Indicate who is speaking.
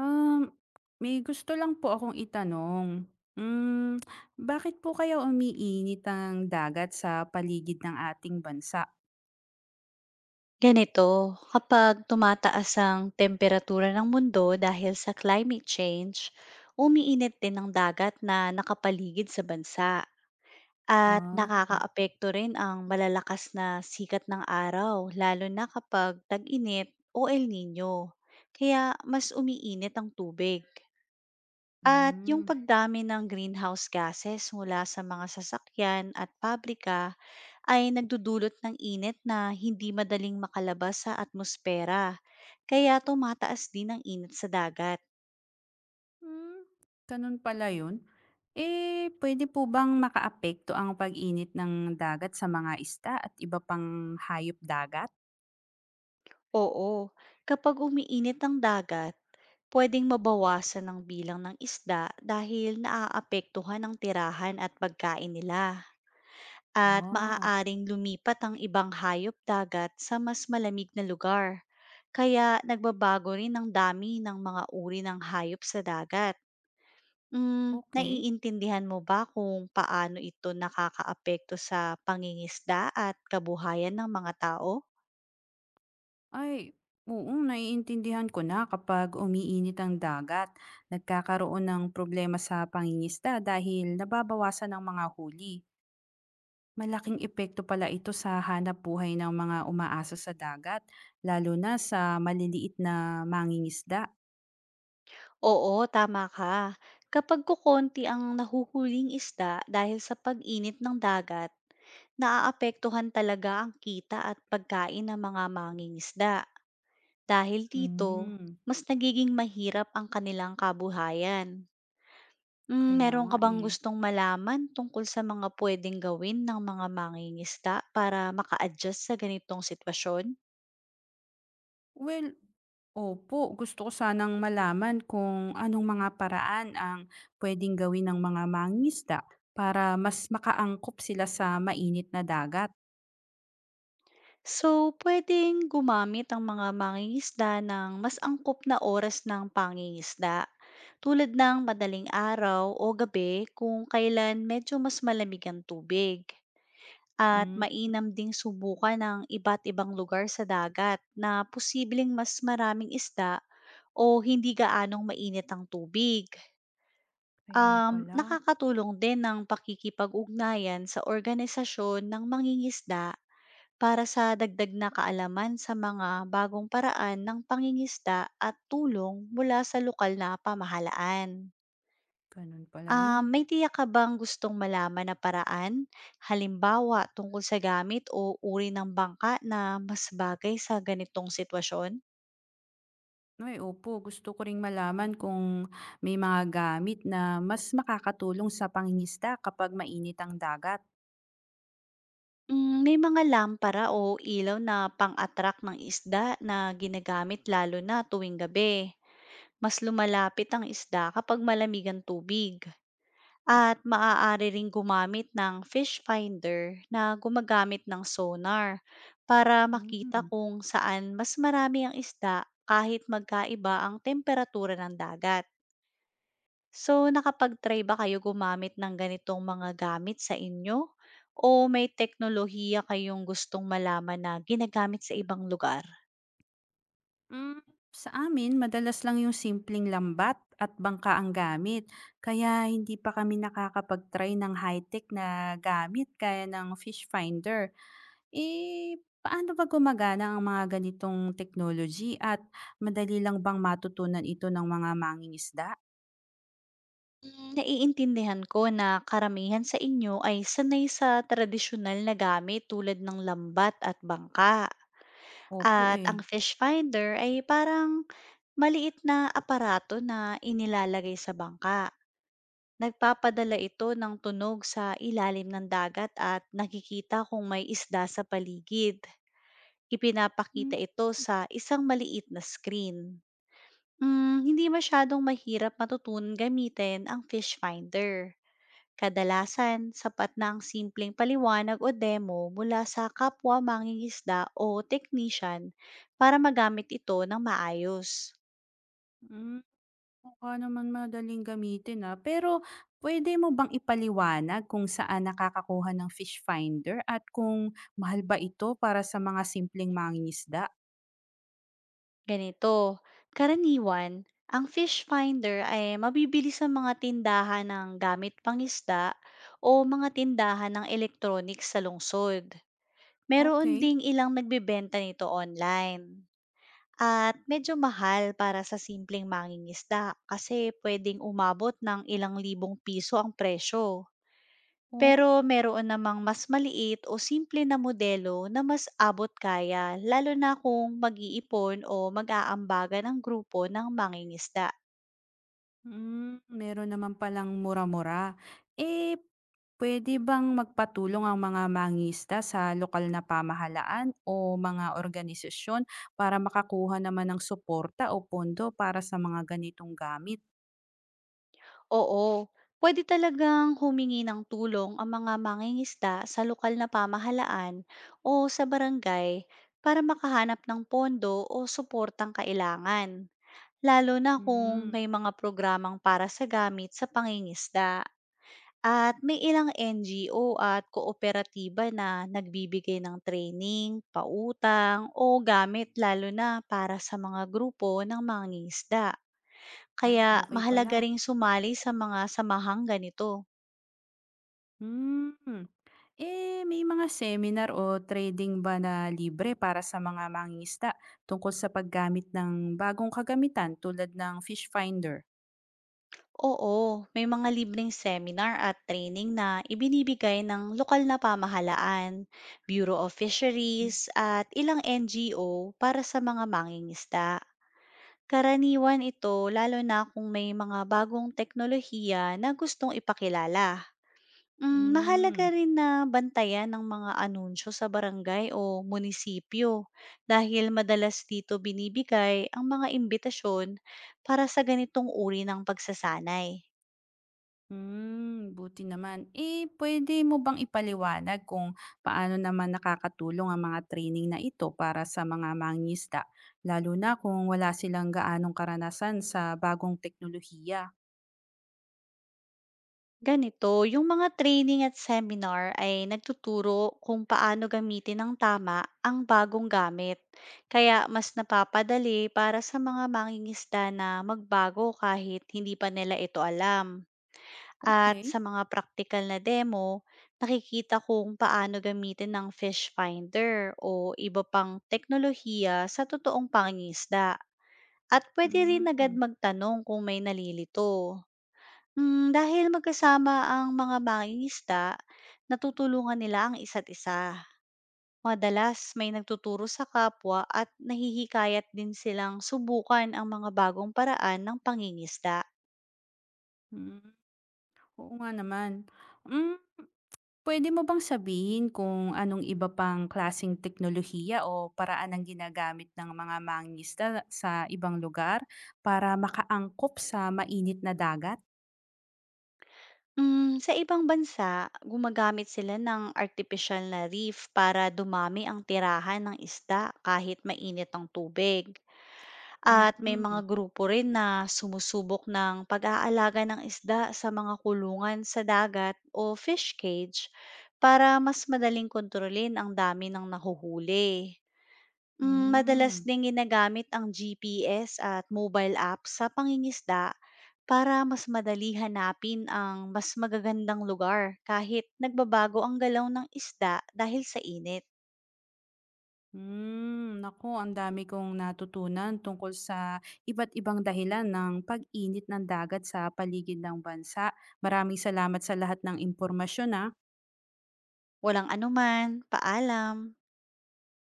Speaker 1: Um, May gusto lang po akong itanong. Hmm, Bakit po kaya umiinit ang dagat sa paligid ng ating bansa?
Speaker 2: Ganito, kapag tumataas ang temperatura ng mundo dahil sa climate change, umiinit din ang dagat na nakapaligid sa bansa at
Speaker 1: Ah,
Speaker 2: nakakaapekto rin ang malalakas na sikat ng araw lalo na kapag tag-init o El Nino. Kaya mas umiinit ang tubig. At yung
Speaker 1: hmm.
Speaker 2: pagdami ng greenhouse gases mula sa mga sasakyan at pabrika ay nagdudulot ng init na hindi madaling makalabas sa atmosfera, kaya tumataas din ang init sa dagat.
Speaker 1: Hmm, Ganun pala yun. Eh, pwede po bang makaapekto ang pag-init ng dagat sa mga isda at iba pang hayop dagat?
Speaker 2: Oo, kapag umiinit ang dagat, pwedeng mabawasan ang bilang ng isda dahil naaapektuhan ang tirahan at pagkain nila, at
Speaker 1: Oh,
Speaker 2: maaaring lumipat ang ibang hayop dagat sa mas malamig na lugar. Kaya nagbabago rin ang dami ng mga uri ng hayop sa dagat.
Speaker 1: okay.
Speaker 2: Naiintindihan mo ba kung paano ito nakakaapekto sa pangingisda at kabuhayan ng mga tao?
Speaker 1: Ay, oo, naiintindihan ko na kapag umiinit ang dagat, nagkakaroon ng problema sa pangingisda dahil nababawasan ang mga huli. Malaking epekto pala ito sa hanap buhay ng mga umaasa sa dagat, lalo na sa maliliit na mangingisda.
Speaker 2: Oo, tama ka. Kapag kukonti ang nahuhuling isda dahil sa pag-init ng dagat, naaapektuhan talaga ang kita at pagkain ng mga mangingisda. Dahil dito,
Speaker 1: Hmm,
Speaker 2: mas nagiging mahirap ang kanilang kabuhayan.
Speaker 1: Kaya
Speaker 2: Meron
Speaker 1: nga
Speaker 2: ka bang
Speaker 1: eh.
Speaker 2: gustong malaman tungkol sa mga pwedeng gawin ng mga mangingisda para maka-adjust sa ganitong sitwasyon?
Speaker 1: Well, opo, gusto ko sanang malaman kung anong mga paraan ang puwedeng gawin ng mga mangisda para mas makaangkop sila sa mainit na dagat.
Speaker 2: So, pwedeng gumamit ang mga mangingisda ng mas angkop na oras ng pangingisda, tulad ng madaling araw o gabi kung kailan medyo mas malamig ang tubig. At
Speaker 1: Hmm,
Speaker 2: mainam ding subukan ng iba't ibang lugar sa dagat na posibleng mas maraming isda o hindi gaanong mainit ang tubig.
Speaker 1: Kaya pala,
Speaker 2: Nakakatulong din ng pakikipag-ugnayan sa organisasyon ng mangingisda para sa dagdag na kaalaman sa mga bagong paraan ng pangingisda at tulong mula sa lokal na pamahalaan.
Speaker 1: gano'n pala
Speaker 2: Ah,
Speaker 1: 'yun.
Speaker 2: may tiyak ka bang gustong malaman na paraan? Halimbawa, tungkol sa gamit o uri ng bangka na mas bagay sa ganitong sitwasyon?
Speaker 1: Ay, opo, gusto ko ring malaman kung may mga gamit na mas makakatulong sa pangingisda kapag mainit ang dagat.
Speaker 2: May mga lampara o ilaw na pang-attract ng isda na ginagamit lalo na tuwing gabi. Mas lumalapit ang isda kapag malamig ang tubig, at maaari ring gumamit ng fish finder na gumagamit ng sonar para makita
Speaker 1: Hmm.
Speaker 2: kung saan mas marami ang isda kahit magkaiba ang temperatura ng dagat. So, nakapag-try ba kayo gumamit ng ganitong mga gamit sa inyo? O may teknolohiya kayong gustong malaman na ginagamit sa ibang lugar?
Speaker 1: Mm, sa amin, madalas lang yung simpleng lambat at bangka ang gamit. Kaya hindi pa kami nakakapag-try ng high-tech na gamit kaya ng fish finder. Eh, paano ba gumagana ang mga ganitong technology at madali lang bang matutunan ito ng mga mangingisda?
Speaker 2: Naiintindihan ko na karamihan sa inyo ay sanay sa tradisyonal na gamit tulad ng lambat at bangka.
Speaker 1: Opo
Speaker 2: At ang
Speaker 1: eh.
Speaker 2: fish finder ay parang maliit na aparato na inilalagay sa bangka. Nagpapadala ito ng tunog sa ilalim ng dagat at nakikita kung may isda sa paligid. Ipinapakita
Speaker 1: Mm.
Speaker 2: ito sa isang maliit na screen. Hindi masyadong mahirap matutunan gamitin ang fish finder. Kadalasan, sapat na ang simpleng paliwanag o demo mula sa kapwa mangingisda o technician para magamit ito ng maayos.
Speaker 1: Mm. Mukha naman madaling gamitin, ah. Pero pwede mo bang ipaliwanag kung saan nakakakuha ng fish finder at kung mahal ba ito para sa mga simpleng mangingisda?
Speaker 2: Ganito, karaniwan, ang fish finder ay mabibili sa mga tindahan ng gamit pangisda o mga tindahan ng electronics sa lungsod. Meron
Speaker 1: Okay.
Speaker 2: ding ilang nagbebenta nito online. At medyo mahal para sa simpleng mangingisda kasi pwedeng umabot ng ilang libong piso ang presyo.
Speaker 1: Oo.
Speaker 2: Pero meron namang mas maliit o simple na modelo na mas abot kaya, lalo na kung mag-iipon o mag-aambagan ang grupo ng mangingisda.
Speaker 1: Meron naman palang mura-mura. Eh, puwede bang magpatulong ang mga mangingisda sa lokal na pamahalaan o mga organisasyon para makakuha naman ng suporta o pondo para sa mga ganitong gamit?
Speaker 2: Oo, pwede talagang humingi ng tulong ang mga mangingisda sa lokal na pamahalaan o sa barangay para makahanap ng pondo o suportang kailangan, lalo na kung
Speaker 1: Hmm,
Speaker 2: may mga programang para sa gamit sa pangingisda. At may ilang NGO at kooperatiba na nagbibigay ng training, pautang o gamit lalo na para sa mga grupo ng mangingisda.
Speaker 1: ay,
Speaker 2: Kaya
Speaker 1: okay pala.
Speaker 2: mahalaga ring sumali sa mga samahang ganito.
Speaker 1: Hmm. Eh, may mga seminar o trading ba na libre para sa mga mangingisda tungkol sa paggamit ng bagong kagamitan tulad ng fish finder?
Speaker 2: Oo, may mga libreng seminar at training na ibinibigay ng lokal na pamahalaan, Bureau of Fisheries at ilang NGO para sa mga mangingisda. Karaniwan ito lalo na kung may mga bagong teknolohiya na gustong ipakilala. Mahalaga
Speaker 1: Mm.
Speaker 2: rin na bantayan ng mga anunsyo sa barangay o munisipyo dahil madalas dito binibigay ang mga imbitasyon para sa ganitong uri ng pagsasanay.
Speaker 1: Buti naman. Eh, pwede mo bang ipaliwanag kung paano naman nakakatulong ang mga training na ito para sa mga mangingisda, lalo na kung wala silang gaanong karanasan sa bagong teknolohiya?
Speaker 2: Ganito, yung mga training at seminar ay nagtuturo kung paano gamitin ng tama ang bagong gamit. Kaya mas napapadali para sa mga mangingisda na magbago kahit hindi pa nila ito alam. At sa
Speaker 1: Okay.
Speaker 2: mga practical na demo, nakikita kung paano gamitin ng fish finder o iba pang teknolohiya sa totoong pangingisda. At pwede rin agad
Speaker 1: Mm.
Speaker 2: magtanong kung may nalilito. Dahil magkasama ang mga mangingisda, natutulungan nila ang isa't isa. Madalas may nagtuturo sa kapwa at nahihikayat din silang subukan ang mga bagong paraan ng pangingisda.
Speaker 1: Mm. Oo nga naman. Mm, Puwede mo bang sabihin kung anong iba pang klasing teknolohiya o paraan ang ginagamit ng mga mangista sa ibang lugar para makaangkop sa mainit na dagat?
Speaker 2: Sa ibang bansa, gumagamit sila ng artificial na reef para dumami ang tirahan ng isda kahit mainit ang tubig. At may mga
Speaker 1: Mm.
Speaker 2: grupo rin na sumusubok ng pag-aalaga ng isda sa mga kulungan sa dagat o fish cage para mas madaling kontrolin ang dami ng nahuhuli. Madalas
Speaker 1: Hmm.
Speaker 2: ding ginagamit ang GPS at mobile app sa pangingisda para mas madali hanapin ang mas magagandang lugar kahit nagbabago ang galaw ng isda dahil sa init.
Speaker 1: Hmm. Naku, ang dami kong natutunan tungkol sa iba't ibang dahilan ng pag-init ng dagat sa paligid ng bansa. Maraming salamat sa lahat ng impormasyon, ah.
Speaker 2: Walang anuman, paalam.